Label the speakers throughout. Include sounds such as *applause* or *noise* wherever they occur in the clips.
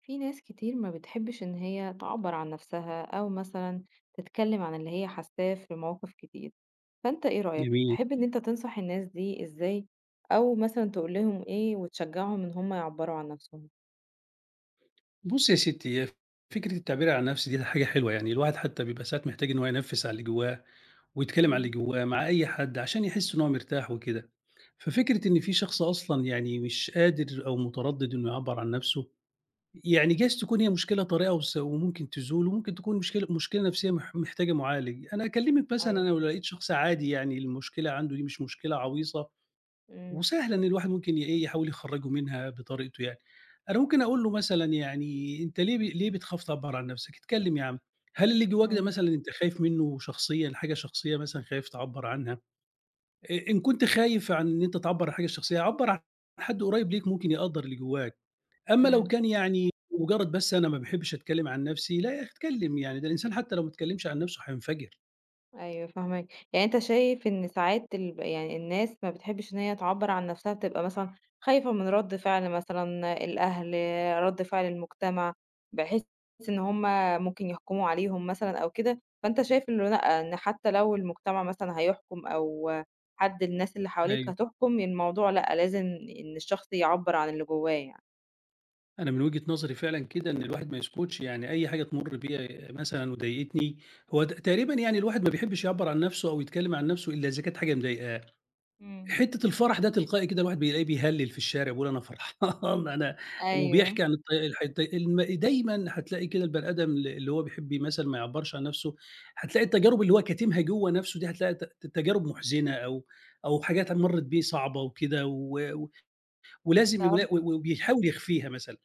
Speaker 1: في ناس كتير ما بتحبش إن هي تعبر عن نفسها أو مثلا تتكلم عن اللي هي حاساه في مواقف كتير، فأنت إيه رأيك؟
Speaker 2: جميل.
Speaker 1: تحب إن أنت تنصح الناس دي إزاي؟ أو مثلا تقول لهم إيه وتشجعهم إن هم يعبروا عن نفسهم؟
Speaker 2: بُصّي يا ستّي، هي فكرة التعبير عن النَفْس دي حاجة حلوة، يعني الواحد حتى بيبقى ساعات محتاج إن هو ينفِّس على اللي جوّاه ويتكلّم على اللي
Speaker 1: مم.
Speaker 2: جوّاه مع أي حد عشان يحس إن هو مرتاح وكده. ففكرة إن في شخص أصلًا يعني مش قادر أو متردِّد إنه يعبّر عن نَفْسه، يعني جايز تكون هي مشكلة طارئة وممكن تزول وممكن تكون مشكلة نَفْسية محتاجة مُعالج. أنا أكلّمِك مثلًا
Speaker 1: أيوه.
Speaker 2: أنا لو لقيت شخص عادي يعني المشكلة عنده دي مش مشكلة عويصة
Speaker 1: امم
Speaker 2: وسهلة إن الواحد ممكن إيه، يحاول يخرّجه منها بطريقته يعني. أنا ممكن أقول له مثلًا يعني أنت ليه ليه بتخاف تعبّر عن نَفْسك؟ اتكلّم يا عم. هل اللي جواك ده
Speaker 1: مم.
Speaker 2: مثلًا أنت خايف منّه شخصيًا، حاجة شخصية مثلًا خايف تعبّر عنها؟ إن كنت خايف عن إن أنت تعبّر عن حاجة شخصية، عبّر عن حد قريب ليك ممكن يقدّر اللي جواك. أمّا لو
Speaker 1: امم
Speaker 2: كان يعني مجرّد بس أنا ما باحبش أتكلّم عن نَفْسي، لا يا أخي اتكلّم، يعني ده الإنسان حتى لو ما اتكلّمش عن نَفْسه هينفجر.
Speaker 1: أيوه فاهماك، يعني أنت شايف إن ساعات يعني الناس ما بتحبش إن هي تعبّر عن نفسها، بتبقى مثلًا خايفة من رَد فعل مثلًا الأهل، رَد فعل المجتمع، بحيث إن هُم ممكن يحكموا عليهم مثلًا أو كده. فأنت شايف إنه لأ، إن حتى لو المجتمع مثلًا هيحكم أو حد الناس اللي حواليك
Speaker 2: أيوه.
Speaker 1: هتحكم، الموضوع لأ، لازم إن الشخص يعبّر عن اللي جواه يعني.
Speaker 2: أنا من وجهة نظري فعلًا كده إن الواحد ما يسكتش، يعني أي حاجة تمُر بيها مثلًا وضايقتني، هو تقريبًا يعني الواحد ما بيحبّش يعبّر عن نَفْسه أو يتكلّم عن نَفْسه إلا إذا كانت حاجة مضايقاه،
Speaker 1: إمم.
Speaker 2: حتّة الفرح ده تلقائي كده الواحد بيلاقيه بيهلِّل في الشارع بيقول أنا فرحان *laughs* أنا
Speaker 1: أيوه،
Speaker 2: وبيحكي عن الط الحت الم دايمًا هتلاقي كده البني آدم اللي هو بيحب مثلًا ما يعبّرش عن نَفْسه، هتلاقي
Speaker 1: إمم.
Speaker 2: التجارب اللي هو كاتمها جوّه نَفْسه دي هتلاقي تجارب مُحزِنة أو حاجات مرّت بيه صعبة وكده ولازم
Speaker 1: طب
Speaker 2: وبيحاول يخفيها مثلًا،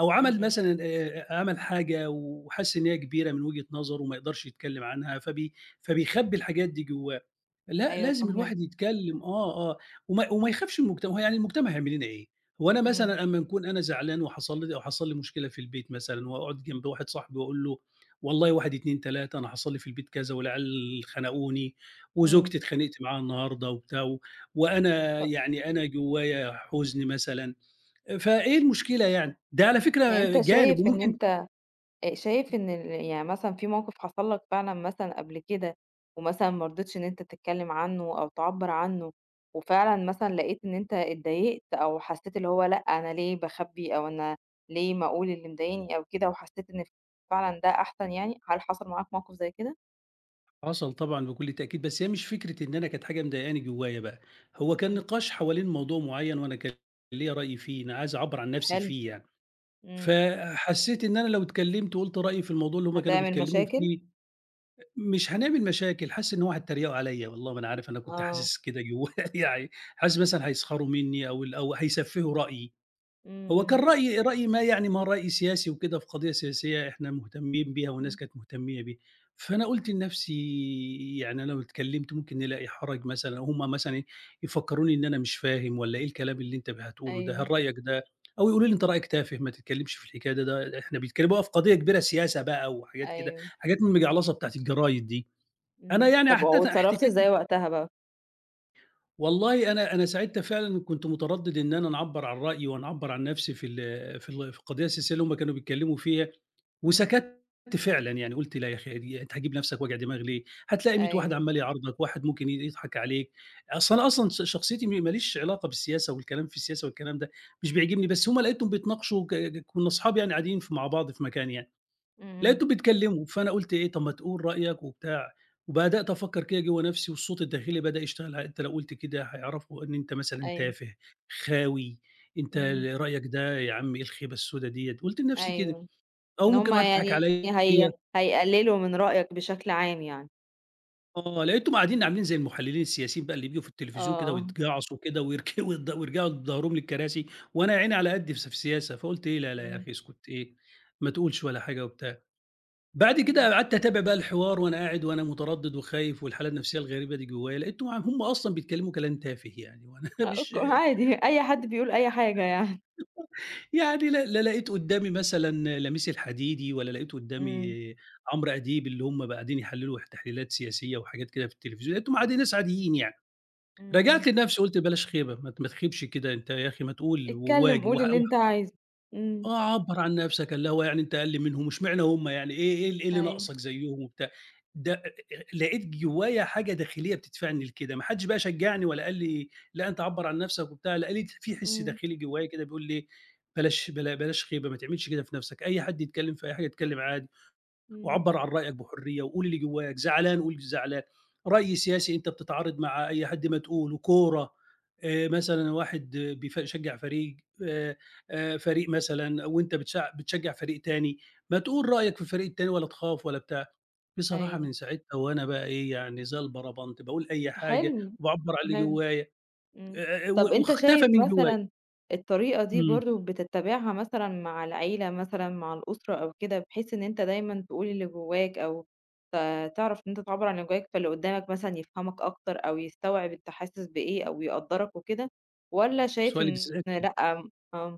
Speaker 2: أو
Speaker 1: إمم،
Speaker 2: عمل
Speaker 1: إمم،
Speaker 2: مثلًا عمل حاجة وحَس إن هي كبيرة من وجهة نظره وما يقدرش يتكلّم عنها، فبيخبّي الحاجات دي جوّاه. لأ،
Speaker 1: أيوه
Speaker 2: لازم
Speaker 1: فاهماك،
Speaker 2: الواحد يتكلّم آه، آه، وما يخافش من المجتمع، هو يعني المجتمع هيعمل لنا إيه؟ هو أنا
Speaker 1: إمم،
Speaker 2: مثلًا أمّا نكون أنا زعلان وحصل لي مشكلة في البيت مثلًا وأقعد جنب واحد صاحبي وأقول له والله 1، 2، 3 أنا حصل لي في البيت كذا والعيال خنقوني
Speaker 1: إمم.
Speaker 2: وزوجتي اتخانقت معاها النهارده وبتاع وأنا
Speaker 1: طب
Speaker 2: يعني أنا جوايا حزن مثلًا، فإيه المشكلة يعني؟ ده على
Speaker 1: يعني
Speaker 2: فكرة
Speaker 1: أنت
Speaker 2: جانب
Speaker 1: شايف إن
Speaker 2: وممكن
Speaker 1: أنت شايف إن يعني مثلًا في موقف حصل لك فعلًا مثلًا قبل كده، ومثلًا ما رضيتش إن أنت تتكلم عنه أو تعبّر عنه، وفعلًا مثلًا لقيت إن أنت اتضايقت أو حسيت اللي هو لأ، أنا ليه باخبّي أو أنا ليه ما أقول اللي مضايقني أو كده، وحسيت إن فعلًا ده أحسن يعني. هل حصل معاك موقف زي كده؟
Speaker 2: حصل طبعًا بكل تأكيد، بس هي مش فكرة إن أنا كانت حاجة مضايقاني جوايا بقى، هو كان
Speaker 1: إمم،
Speaker 2: نقاش حوالين موضوع معيّن وأنا كان ليّا رأي فيه، أنا عايز أعبّر عن نفسي
Speaker 1: حلو،
Speaker 2: فيه يعني،
Speaker 1: إمم.
Speaker 2: فحسيت إن أنا لو اتكلمت وقُلت رأيي في الموضوع اللي هُم كانوا
Speaker 1: هتعمل
Speaker 2: بيتكلموا
Speaker 1: مشاكل؟
Speaker 2: فيه، مش هنعمل مشاكل، حاسس إن هُم هيتريقوا عليّا، والله ما أنا عارف أنا كنت
Speaker 1: آه،
Speaker 2: حاسس كده جوايا *laughs* يعني، حاسس مثلًا هيسخروا منّي أو هيسفّهوا رأيي.
Speaker 1: إمم،
Speaker 2: هو كان
Speaker 1: إمم،
Speaker 2: رأي رأي ما يعني ما رأي سياسي وكده في قضية سياسية إحنا مهتمين بيها والناس
Speaker 1: إمم،
Speaker 2: كانت مهتمية بيه، فأنا قُلت لنفسي يعني أنا لو اتكلمت ممكن نلاقي حرج مثلًا أو هم مثلًا إيه، يفكروني إن أنا مش فاهم والّا إيه الكلام اللي أنت هتقوله ده،
Speaker 1: أيوه،
Speaker 2: هل رأيك ده أو يقولوا لي أنت رأيك تافه ما تتكلمش في الحكاية ده، ده إحنا بيتكلموا بقى في قضية كبيرة سياسة بقى وحاجات كده،
Speaker 1: أيوه،
Speaker 2: حاجات من المجعلصة بتاعة الجرايد دي. أنا
Speaker 1: إمم.
Speaker 2: يعني
Speaker 1: طب
Speaker 2: حتى
Speaker 1: واتصرّفت
Speaker 2: احتكاكي
Speaker 1: إزاي وقتها بقى؟
Speaker 2: والله أنا ساعتها فعلًا كنت متردد إن أنا أعبّر عن رأيي وأنا أعبّر عن نفسي في القضية السياسية اللي هُم كانوا بيتكلموا فيها،
Speaker 1: إمم،
Speaker 2: وسكتّ فعلًا يعني قُلت لا يا أخي دي أنت هتجيب نفسك وجع دماغ ليه؟ هتلاقي 100 واحد
Speaker 1: أيوه،
Speaker 2: عمّال يعارضك، واحد ممكن يضحك عليك، أصل أنا أصلًا شخصيتي ما ليش علاقة بالسياسة والكلام في السياسة والكلام ده، مش بيعجبني،
Speaker 1: إمم،
Speaker 2: بس هُم لقيتهم بيتناقشوا كنا أصحاب يعني قاعدين مع بعض في مكان يعني،
Speaker 1: إمم، إمم،
Speaker 2: لقيتهم بيتكلموا، فأنا قُلت إيه، طب ما تقول رأيك وبتاع، وبدأت أفكّر كده جوّه نفسي والصوت الداخلي بدأ يشتغل أنت لو قُلت كده هيعرفوا إن أنت مثلًا
Speaker 1: أيوه.
Speaker 2: تافه، خاوي، أنت
Speaker 1: إمم،
Speaker 2: رأيك ده يا عم إيه الخيبة السودا ديّة، قُلت لنفسي كده،
Speaker 1: أيوه،
Speaker 2: أو
Speaker 1: إن
Speaker 2: ممكن
Speaker 1: هُم
Speaker 2: واحدة تضحك
Speaker 1: يعني
Speaker 2: عليَّ،
Speaker 1: هي هيقللوا من رأيك بشكل عام يعني.
Speaker 2: آه، لقيتهم قاعدين عاملين زي المحللين السياسيين بقى اللي بييجوا في التلفزيون كده
Speaker 1: آه.
Speaker 2: ويتجعصوا كده ويرك ويد *laughs* ويرجعوا بضهرهم للكراسي، وأنا يا عيني على قدّي في السياسة، فقُلت إيه، لا، لا يا
Speaker 1: إمم،
Speaker 2: أخي اسكت إيه، ما تقولش ولا حاجة وبتاع. بعد
Speaker 1: إمم.
Speaker 2: كده قعدت أتابع بقى الحوار وأنا قاعد وأنا متردد وخايف والحالة النفسيّة الغريبة دي جوّايا، لقيتهم هم أصلًا بيتكلّموا كلام تافه يعني وأنا *laughs*
Speaker 1: أ
Speaker 2: مش
Speaker 1: ك عادي أي حد بيقول أي حاجة يعني.
Speaker 2: يعني لا لا لقيت قدّامي مثلًا لميس الحديدي ولا لقيت قدّامي
Speaker 1: إمم،
Speaker 2: عمرو أديب اللي هم بقى قاعدين يحلّلوا تحليلات سياسية وحاجات كده في التلفزيون، لقيتهم عادي ناس عاديين يعني.
Speaker 1: إمم، إمم.
Speaker 2: رجعت لنفسي قُلت بلاش خيبة، ما ت ما تخيبش كده أنت يا أخي ما تقول
Speaker 1: اتكلم
Speaker 2: وواجه
Speaker 1: قُل اللي أنت عايزه. إمم،
Speaker 2: آه، عبّر عن نَفْسك، اللي هو يعني أنت أقل منهم، واشمعنى هُم يعني إيه اللي
Speaker 1: أيوه،
Speaker 2: ناقصك زيّهم وبتاع، ده أ أ لقيت جوّايا حاجة داخلية بتدفعني لكده، ما حدّش بقى شجّعني ولا قال لي لأ أنت عبّر عن نَفْسك وبتاع، لأ لقيت في حِس
Speaker 1: إمم،
Speaker 2: داخلي جوّايا كده بيقول لي بلاش خيبة، ما تعملش كده في نَفْسك، أي حد يتكلّم في أي حاجة اتكلّم عادي.
Speaker 1: إمم،
Speaker 2: وعبّر عن رأيك بحرية وقول اللي جواك، زعلان قُل زعلان، رأي سياسي أنت بتتعارض مع أي حد ما تقوله، كورة مثلًا واحد شجّع فريق آآ، فريق مثلًا وأنت بتشجّع فريق تاني، ما تقول رأيك في الفريق التاني ولا تخاف ولا بتاع. بصراحة
Speaker 1: أيوه،
Speaker 2: من ساعتها وأنا بقى إيه، يعني زي البربنت باقول أي حاجة
Speaker 1: حلو،
Speaker 2: وباعبّر عن اللي
Speaker 1: حلو.
Speaker 2: جوايا
Speaker 1: إمم. طب
Speaker 2: و
Speaker 1: أنت
Speaker 2: واختفى
Speaker 1: شايف
Speaker 2: من جوايا.
Speaker 1: مثلًا الطريقة دي
Speaker 2: إمم،
Speaker 1: برضه بتتّبعها مثلًا مع العيلة مثلًا، مع الأسرة أو كده، بحيث إن أنت دايمًا تقول اللي جواك أو ت تعرف إن أنت تعبّر عن اللي جواك، فاللي قدّامك مثلًا يفهمك أكتر أو يستوعب أنت حاسس بإيه أو يقدّرك وكده، والّا شايف
Speaker 2: سؤالِك
Speaker 1: إن
Speaker 2: ذكي.
Speaker 1: لأ. آه،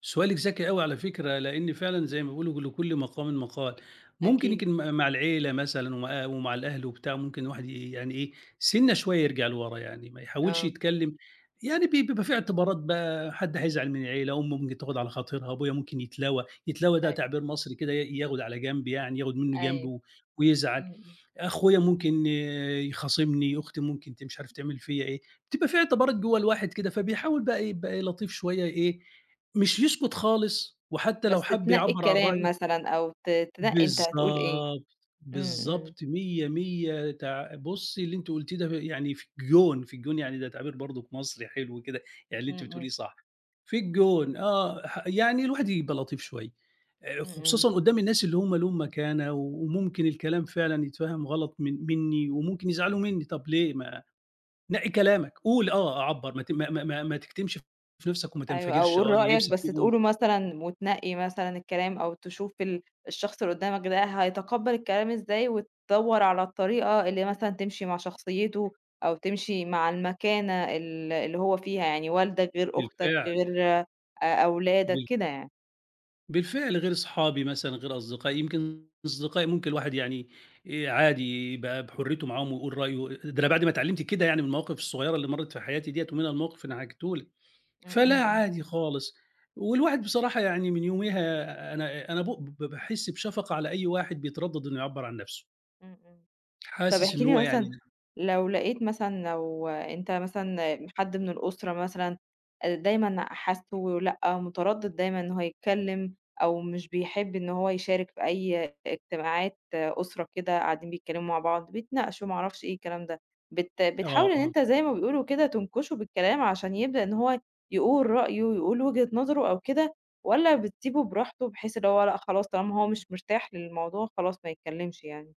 Speaker 2: سؤالِك ذكي أوي على فكرة، لإن فعلًا زي ما بيقولوا لكل مقام مقال، ممكن
Speaker 1: أكيد،
Speaker 2: يمكن م مع العيلة مثلًا ومع الأهل وبتاع، ممكن الواحد يعني إيه، سِنّة شوية يرجع لورا يعني، ما يحاولش
Speaker 1: آه،
Speaker 2: يتكلّم يعني بيبقى في اعتبارات بقى، حد هيزعل من العيلة، أمه ممكن تاخد على خاطرها، أبويا ممكن يتلوى، يتلوى ده
Speaker 1: أيوه،
Speaker 2: تعبير مصري كده ياخد على جنب يعني، ياخد منّه جنب
Speaker 1: أيوه،
Speaker 2: ويزعل.
Speaker 1: إمم، إمم.
Speaker 2: أخويا ممكن يخاصمني، أختي ممكن مش عارف تعمل فيّا إيه، بتبقى في اعتبارات جوّه الواحد كده، فبيحاول بقى يبقى لطيف شوية إيه، مش يسكت خالص، وحتى لو
Speaker 1: بس
Speaker 2: حَب
Speaker 1: تنقّي
Speaker 2: يعبّر عن
Speaker 1: الكلام
Speaker 2: رأيه
Speaker 1: مثلًا أو تنقّي أنت هتقول إيه.
Speaker 2: بالضبط،
Speaker 1: إمم، إمم،
Speaker 2: بالضبط، مِيّة، مِيّة بُصّي اللي أنتِ قُلتيه ده يعني في الجون، في الجون يعني ده تعبير برضُك مصري حلو كده، يعني اللي أنتِ
Speaker 1: إمم،
Speaker 2: بتقوليه
Speaker 1: إمم،
Speaker 2: صح، في الجون آه، يعني الواحد يبقى لطيف شوية،
Speaker 1: إمم، إمم.
Speaker 2: خصوصًا قدّام الناس اللي هُم ليهم مكانة وممكن الكلام فعلًا يتفهَم غلط منّي وممكن يزعلوا منّي، طَب ليه ما نقّي كلامك، قُل آه، عبّر ما ت ما ما ما ما تكتمش في نَفْسك وما
Speaker 1: أيوه، أو
Speaker 2: تنفجرش
Speaker 1: قُل
Speaker 2: آه، اللي
Speaker 1: رأيك
Speaker 2: نِفْسك
Speaker 1: بس
Speaker 2: فيه قُل،
Speaker 1: تقوله مثلًا وتنقّي مثلًا الكلام أو تشوف الشخص اللي قدّامك ده هيتقبّل الكلام إزاي، وتدوّر على الطريقة اللي مثلًا تمشي مع شخصيته أو تمشي مع المكانة اللي هو فيها، يعني والدك غير أختك
Speaker 2: بالفعل،
Speaker 1: غير أولادك
Speaker 2: بال
Speaker 1: كده يعني.
Speaker 2: بالفعل غير أصحابي مثلًا، غير أصدقائي، يمكن أصدقائي ممكن الواحد يعني عادي يبقى بحُريته معاهم ويقول رأيه، ده أنا بعد ما اتعلمت كده يعني من المواقف الصغيّرة اللي مرّت في حياتي ديّة ومنها الموقف اللي أنا حكيته لِك،
Speaker 1: إمم، إمم،
Speaker 2: فلا
Speaker 1: إمم،
Speaker 2: عادي خالص. والواحد بصراحة يعني من يوميها أنا باحس بشفقة على أي واحد بيتردّد إنه يعبّر عن نَفْسه،
Speaker 1: إمم، إمم. طب
Speaker 2: حاسس
Speaker 1: احكِ
Speaker 2: إن هو
Speaker 1: لي
Speaker 2: يعني
Speaker 1: مثلًا، لو لقيت مثلًا، لو أنت مثلًا حد من الأسرة مثلًا دايمًا حاسّه لأ، متردد دايمًا إن هو يتكلّم أو مش بيحب إن هو يشارك في أي اجتماعات أسرة كده قاعدين بيتكلّموا مع بعض، بيتناقشوا ما أعرفش إيه الكلام ده،
Speaker 2: آه،
Speaker 1: بتحاول إن
Speaker 2: آه.
Speaker 1: أنت زي ما بيقولوا كده تنكشه بالكلام عشان يبدأ إن هو يقول رأيه، يقول وجهة نظره أو كده، والّا بتسيبه براحته بحيث اللي هو لأ خلاص طالما هو مش مرتاح للموضوع خلاص ما يتكلّمش يعني؟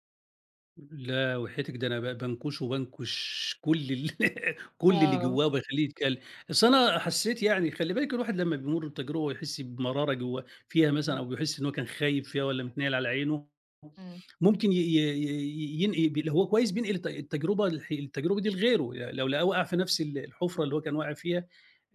Speaker 2: لا وحياتِك ده أنا بانكُشه وبانكُش كل ال *laughs* كل اللي
Speaker 1: آه،
Speaker 2: جوّاه وباخلّيه يتكلم، أصل أنا حسّيت يعني خلّي بالِك الواحد لمّا بيمُر بتجربة ويحس بمرارة جوّاه فيها مثلًا أو
Speaker 1: إمم.
Speaker 2: بيحس إن هو كان خايب فيها والّا متنيّل على عينه،
Speaker 1: إمم،
Speaker 2: ممكن ي ي ي ينقل لو هو كويس بينقل التجربة دي لغيره، لو لقاه وقع في نفس الحُفرة اللي هو كان واقع فيها،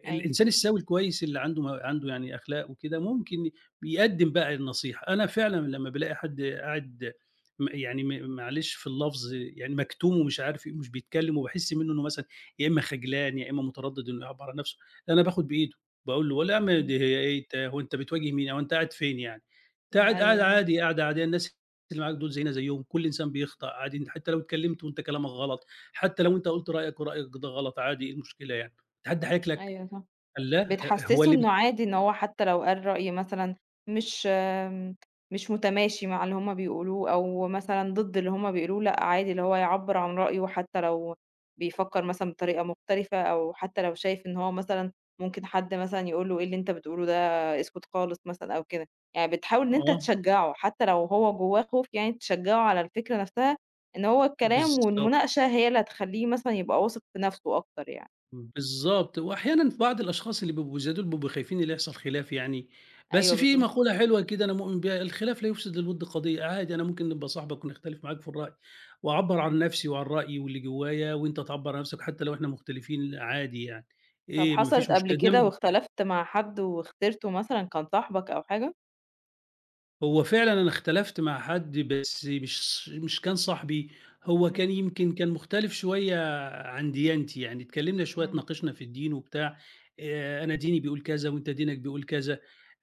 Speaker 1: أيوه،
Speaker 2: الإنسان السوي الكويس اللي عنده يعني أخلاق وكده ممكن يقدّم بقى النصيحة، أنا فعلًا لمّا بالاقي حد قاعد يعني معلش في اللفظ يعني مكتوم ومش عارف إيه، ومش بيتكلم وباحس منّه إنه مثلًا يا إمّا خجلان يا إمّا متردد إنه يعبّر عن نَفْسه، لا، أنا باخد بإيده، باقول له: "والله يا
Speaker 1: إمم،
Speaker 2: عم
Speaker 1: إمم،
Speaker 2: دي هي إيه أنت هو أنت بتواجه مين، هو أنت قاعد فين يعني؟ أنت
Speaker 1: إمم،
Speaker 2: قاعد
Speaker 1: أيوه صح،
Speaker 2: عادي، قاعدة عادية، الناس اللي معاك دول زينا زيّهم، كل إنسان بيخطأ عادي، أنت حتى لو اتكلمت وأنت كلامك غلط، حتى لو أنت قُلت رأيك ورأيك ده غلط عادي، إيه المشكلة يعني؟ أنت حد هياكلك؟"
Speaker 1: أيوه صح.
Speaker 2: قال: "لأ، هو
Speaker 1: بتحسّسه
Speaker 2: اللي
Speaker 1: إنه
Speaker 2: بيك"
Speaker 1: عادي إن هو حتى لو قال رأي مثلًا مش آمم، مش متماشي مع اللي هُم بيقولوه أو مثلًا ضد اللي هُم بيقولوه، لأ عادي اللي هو يعبّر عن رأيه حتى لو بيفكّر مثلًا بطريقة مختلفة، أو حتى لو شايف إن هو مثلًا ممكن حد مثلًا يقول له إيه اللي أنت بتقوله ده، اسكت خالص مثلًا أو كده، يعني بتحاول إن أنت
Speaker 2: آه،
Speaker 1: تشجّعه حتى لو هو جوّاه خوف، يعني تشجّعه على الفكرة نفْسها، إن هو الكلام
Speaker 2: بالضبط.
Speaker 1: والمناقشة هي اللي هتخلّيه مثلًا يبقى واثق في نفْسه أكتر يعني.
Speaker 2: بالضبط، وأحيانًا في بعض الأشخاص اللي بيبقوا زي دول بيبقوا خايفين اللي يحصل خلاف يعني، بس
Speaker 1: أيوه
Speaker 2: في
Speaker 1: بالضبط.
Speaker 2: مقولة حلوة كده أنا مؤمن بيها، "الخلاف لا يفسد للوِد قضية." عادي أنا ممكن نبقى صاحبك ونختلف معاك في الرأي، وأعبّر
Speaker 1: إمم.
Speaker 2: عن نفسي وعن رأيي واللي جوايا وأنت تعبّر عن نفسك حتى لو إحنا مختلفين عادي يعني،
Speaker 1: طب
Speaker 2: إيه ما فيش
Speaker 1: حصلت قبل
Speaker 2: مشكلة. ده
Speaker 1: كده واختلفت مع حد وخسرته مثلًا، كان صاحبك أو حاجة؟
Speaker 2: هو فعلًا أنا اختلفت مع حد بس مش كان صاحبي، هو كان
Speaker 1: إمم،
Speaker 2: يمكن كان مختلف شوية عن ديانتي، يعني اتكلمنا شوية
Speaker 1: إمم،
Speaker 2: اتناقشنا في الدين وبتاع، أنا ديني بيقول كذا وأنت دينك بيقول كذا،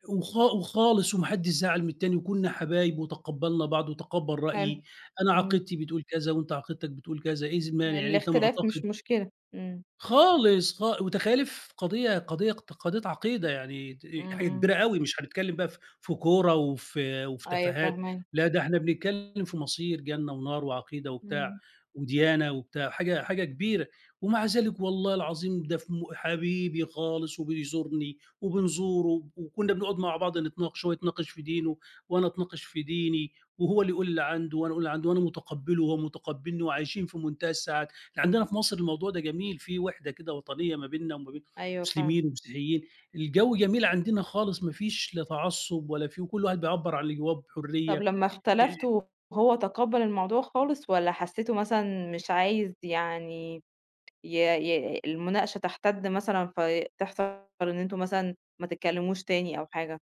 Speaker 1: إمم،
Speaker 2: وخالص وما حدش زعل من التاني وكنا حبايب وتقبلنا بعض وتقبل
Speaker 1: حلو،
Speaker 2: رأيي، أنا
Speaker 1: إمم،
Speaker 2: عقيدتي بتقول كذا وأنت عقيدتك بتقول كذا، إيه المانع يعني أنت
Speaker 1: الاختلاف مش
Speaker 2: معتقد.
Speaker 1: مشكلة، إمم،
Speaker 2: خالص وتخيّلي في قضية عقيدة يعني
Speaker 1: إمم،
Speaker 2: حاجة
Speaker 1: إمم،
Speaker 2: كبيرة أوي، مش هنتكلّم بقى في كورة وفي
Speaker 1: أيوه
Speaker 2: تفاهات،
Speaker 1: فاهماك،
Speaker 2: لا ده إحنا بنتكلّم في مصير جنة ونار وعقيدة وبتاع،
Speaker 1: إمم،
Speaker 2: وديانة وبتاع، حاجة حاجة كبيرة، ومع ذلك والله العظيم ده في حبيبي خالص وبيزورني وبنزوره وكُنّا بنقعد مع بعض نتناقش، هو يتناقش في دينه وأنا أتناقش في ديني، وهو اللي يقول اللي عنده وأنا أقول اللي عندي وأنا مُتقبّله وهو مُتقبّلني وعايشين في منتهى السعادة. إحنا عندنا في مصر الموضوع ده جميل، في وِحدة كده وطنية ما بيننا وما بين
Speaker 1: أيوه فعلًا.
Speaker 2: مسلمين ومسيحيين، الجو جميل عندنا خالص ما فيش لا تعصُّب ولا في وكل واحد بيعبّر عن اللي جواه
Speaker 1: طب
Speaker 2: بحُرية.
Speaker 1: لمّا اختلفتوا، هو تقبّل الموضوع خالص والّا حسيته مثلًا مش عايز يعني ي ي المناقشة تحتد مثلًا، فتحصل إن أنتم مثلًا ما تتكلموش تاني أو حاجة؟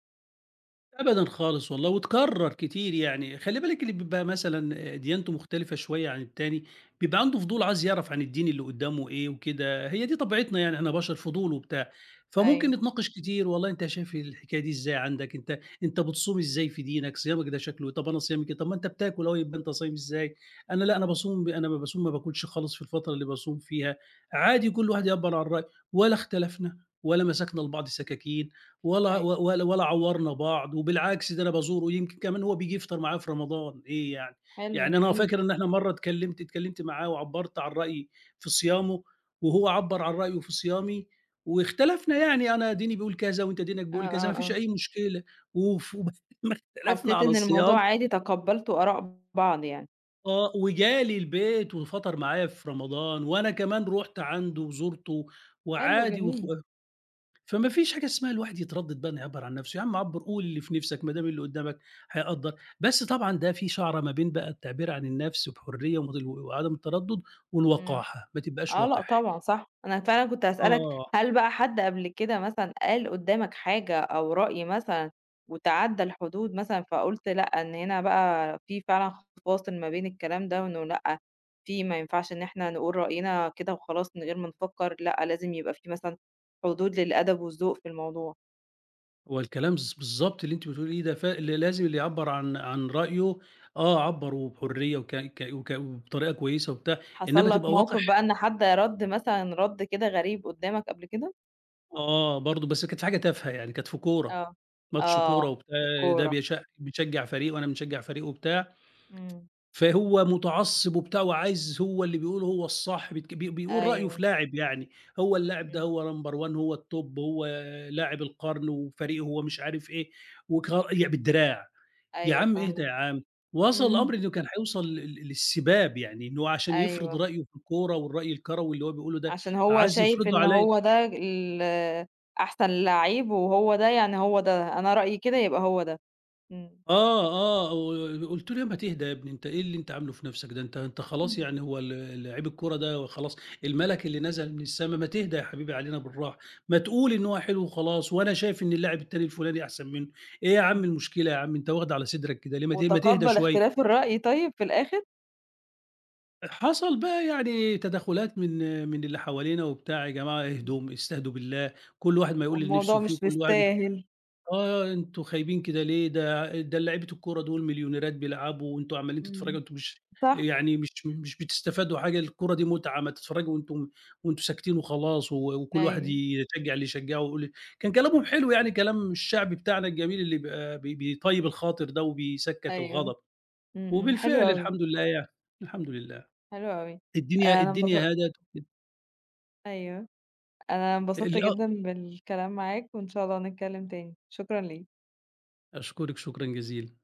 Speaker 2: أبدًا خالص والله، وتكرّر كتير يعني، خلّي بالِك اللي بيبقى مثلًا ديانته مختلفة شوية عن التاني، بيبقى عنده فضول
Speaker 1: إمم،
Speaker 2: عايز يعرف عن الدين اللي قدّامه إيه وكده، هي دي طبيعتنا يعني إحنا بشر فضول وبتاع، فممكن
Speaker 1: أيوه،
Speaker 2: نتناقش كتير والله أنت شايف الحكاية دي إزاي عندك، أنت بتصوم إزاي في دينك، صيامك ده شكله إيه، طب أنا صيامي كده، طب ما أنت بتاكل أهو يبقى أنت صايم إزاي، أنا لأ أنا
Speaker 1: إمم،
Speaker 2: باصوم ب أنا ما باصوم ما باكلش خالص في الفترة اللي باصوم فيها، عادي كل واحد يعبّر عن رأيه، ولا اختلفنا ولا مسكنا لبعض سكاكين. ولا
Speaker 1: أيوه،
Speaker 2: و ولا ولا عوّرنا بعض، وبالعكس ده أنا بازوره ويمكن كمان هو بييجي يفطر معايا في رمضان، إيه يعني؟
Speaker 1: حلو
Speaker 2: يعني أنا
Speaker 1: جميل،
Speaker 2: فاكر إن إحنا مرّة اتكلّمت معاه وعبّرت عن رأيي في صيامه، وهو عبّر عن رأيه في صيامي، واختلفنا يعني أنا ديني بيقول كذا وأنت دينك
Speaker 1: آه،
Speaker 2: بيقول كذا، ما
Speaker 1: آه،
Speaker 2: فيش
Speaker 1: آه.
Speaker 2: أي مشكلة، *laughs* وبعد ما اختلفنا
Speaker 1: حسّيت
Speaker 2: على
Speaker 1: إن الموضوع
Speaker 2: الصيام.
Speaker 1: عادي، تقبّلت آراء بعض يعني.
Speaker 2: آه، وجالي البيت وفطر معايا في رمضان، وأنا كمان رُحت عنده وزُرته
Speaker 1: حلو
Speaker 2: وعادي
Speaker 1: جميل.
Speaker 2: فما فيش حاجة اسمها الواحد يتردد بقى إنه يعبّر عن نَفْسه، يا عم عبّر قُل اللي في نِفْسك ما دام اللي قُدّامك هيقدّر، بس طبعًا ده في شَعرة ما بين بقى التعبير عن النَفْس بحُرية وما تل وعدم التردُّد
Speaker 1: إمم.
Speaker 2: والوقاحة، ما تبقاش
Speaker 1: آه، لأ
Speaker 2: وقِح.
Speaker 1: طبعًا صح. أنا فعلًا كنت هاسألك،
Speaker 2: آه،
Speaker 1: هل بقى حد قبل كده مثلًا قال قُدّامك حاجة أو رأي مثلًا وتعدّى الحدود مثلًا، فقُلت لأ، إن هنا بقى في فعلًا فاصل ما بين الكلام ده وإنه لأ، في ما ينفعش إن إحنا نقول رأينا كده وخلاص من غير ما نفكّر، لأ لازم يبقى في مثلًا حدود للأدب والذوق في الموضوع.
Speaker 2: هو الكلام بالضبط اللي أنتِ بتقوليه ده ف ل لازم اللي يعبّر عن رأيه. آه، عبّر وبحُرية وك ك وك وبطريقة كويسة وبتاع، إنّما
Speaker 1: حصل لك
Speaker 2: تبقى وَقِح.
Speaker 1: موقف بقى إن حد رَد مثلًا، رَد كده غريب قُدّامك قبل كده؟
Speaker 2: آه، برضه بس كانت في حاجة تافهة يعني، كانت في كورة،
Speaker 1: آه،
Speaker 2: ماتش كورة
Speaker 1: آه،
Speaker 2: وبتاع، ده
Speaker 1: الكورة،
Speaker 2: بيشجّع فريق وأنا بنشجّع فريق وبتاع،
Speaker 1: إمم.
Speaker 2: فهو متعصب وبتاع وعايز هو اللي بيقول هو الصح بيتك بي بيقول رأيه في
Speaker 1: أيوه،
Speaker 2: لاعب يعني، هو
Speaker 1: إمم،
Speaker 2: اللاعب ده
Speaker 1: إمم.
Speaker 2: هو number one هو الtop هو لاعب القرن وفريقه هو مش عارف إيه، يعني بالدراع، يا
Speaker 1: أيوه
Speaker 2: عم اهدى
Speaker 1: فاهماك،
Speaker 2: يا عم، وصل الأمر
Speaker 1: إمم،
Speaker 2: إنه كان هيوصل للسباب يعني إن هو عشان يفرض
Speaker 1: أيوه،
Speaker 2: رأيه في الكورة والرأي الكروي اللي هو بيقوله ده،
Speaker 1: عشان هو
Speaker 2: عايز
Speaker 1: شايف
Speaker 2: يفرضه
Speaker 1: إن
Speaker 2: عليَّ.
Speaker 1: هو ده أحسن لعيب وهو ده يعني هو ده، أنا رأيي كده يبقى هو ده. إمم.
Speaker 2: آه، آه، و قُلت له: "يا ما تهدى يا ابني، أنت إيه اللي أنت عامله في نَفْسك ده؟ أنت خلاص
Speaker 1: إمم.
Speaker 2: يعني هو لعيب الكورة ده خلاص المَلَك اللي نزل من السما، ما تهدى يا حبيبي علينا بالراحة، ما تقول إن هو حلو وخلاص وأنا شايف إن اللاعب التاني الفُلاني أحسن منّه، إيه يا عم
Speaker 1: إمم.
Speaker 2: المشكلة يا عم أنت واخد على صدرك كده ليه؟ ما تهدى
Speaker 1: وتقبّل
Speaker 2: شوية."
Speaker 1: اختلاف الرأي طيب في الآخر،
Speaker 2: حصل بقى يعني تدخُّلات من اللي حوالينا وبتاع، يا جماعة
Speaker 1: إمم.
Speaker 2: اهدوا، استهدوا بالله، كل واحد ما يقول اللي نِفْسه
Speaker 1: والموضوع
Speaker 2: فيه
Speaker 1: مش
Speaker 2: وكل واحد.
Speaker 1: مستاهل.
Speaker 2: آه، آه، أنتم خايبين كده ليه؟ ده لعيبة الكورة دول مليونيرات بيلعبوا وأنتم عمّالين تتفرّجوا،
Speaker 1: إمم.
Speaker 2: أنتم مش
Speaker 1: صح،
Speaker 2: يعني مش بتستفادوا حاجة، الكورة دي متعة، ما تتفرّجوا وأنتم ساكتين وخلاص و وكل واحد
Speaker 1: أيوه،
Speaker 2: يشجّع اللي يشجّعه ويقول إيه. كان كلامهم حلو يعني كلام الشعبي بتاعنا الجميل اللي بيبقى بيطيّب الخاطر ده وبيسكّت
Speaker 1: أيوه،
Speaker 2: الغضب،
Speaker 1: إمم، إمم، حلو
Speaker 2: وبالفعل
Speaker 1: أوي،
Speaker 2: الحمد لله يعني، الحمد لله.
Speaker 1: حلو أوي.
Speaker 2: الدنيا
Speaker 1: أنا انبس
Speaker 2: الدنيا هدَت.
Speaker 1: أيوه. أنا انبسطت
Speaker 2: آه،
Speaker 1: جدًا بالكلام معاك، وإن شاء الله نتكلم تاني. شكرًا ليك.
Speaker 2: أشكرِك شكرًا جزيلًا.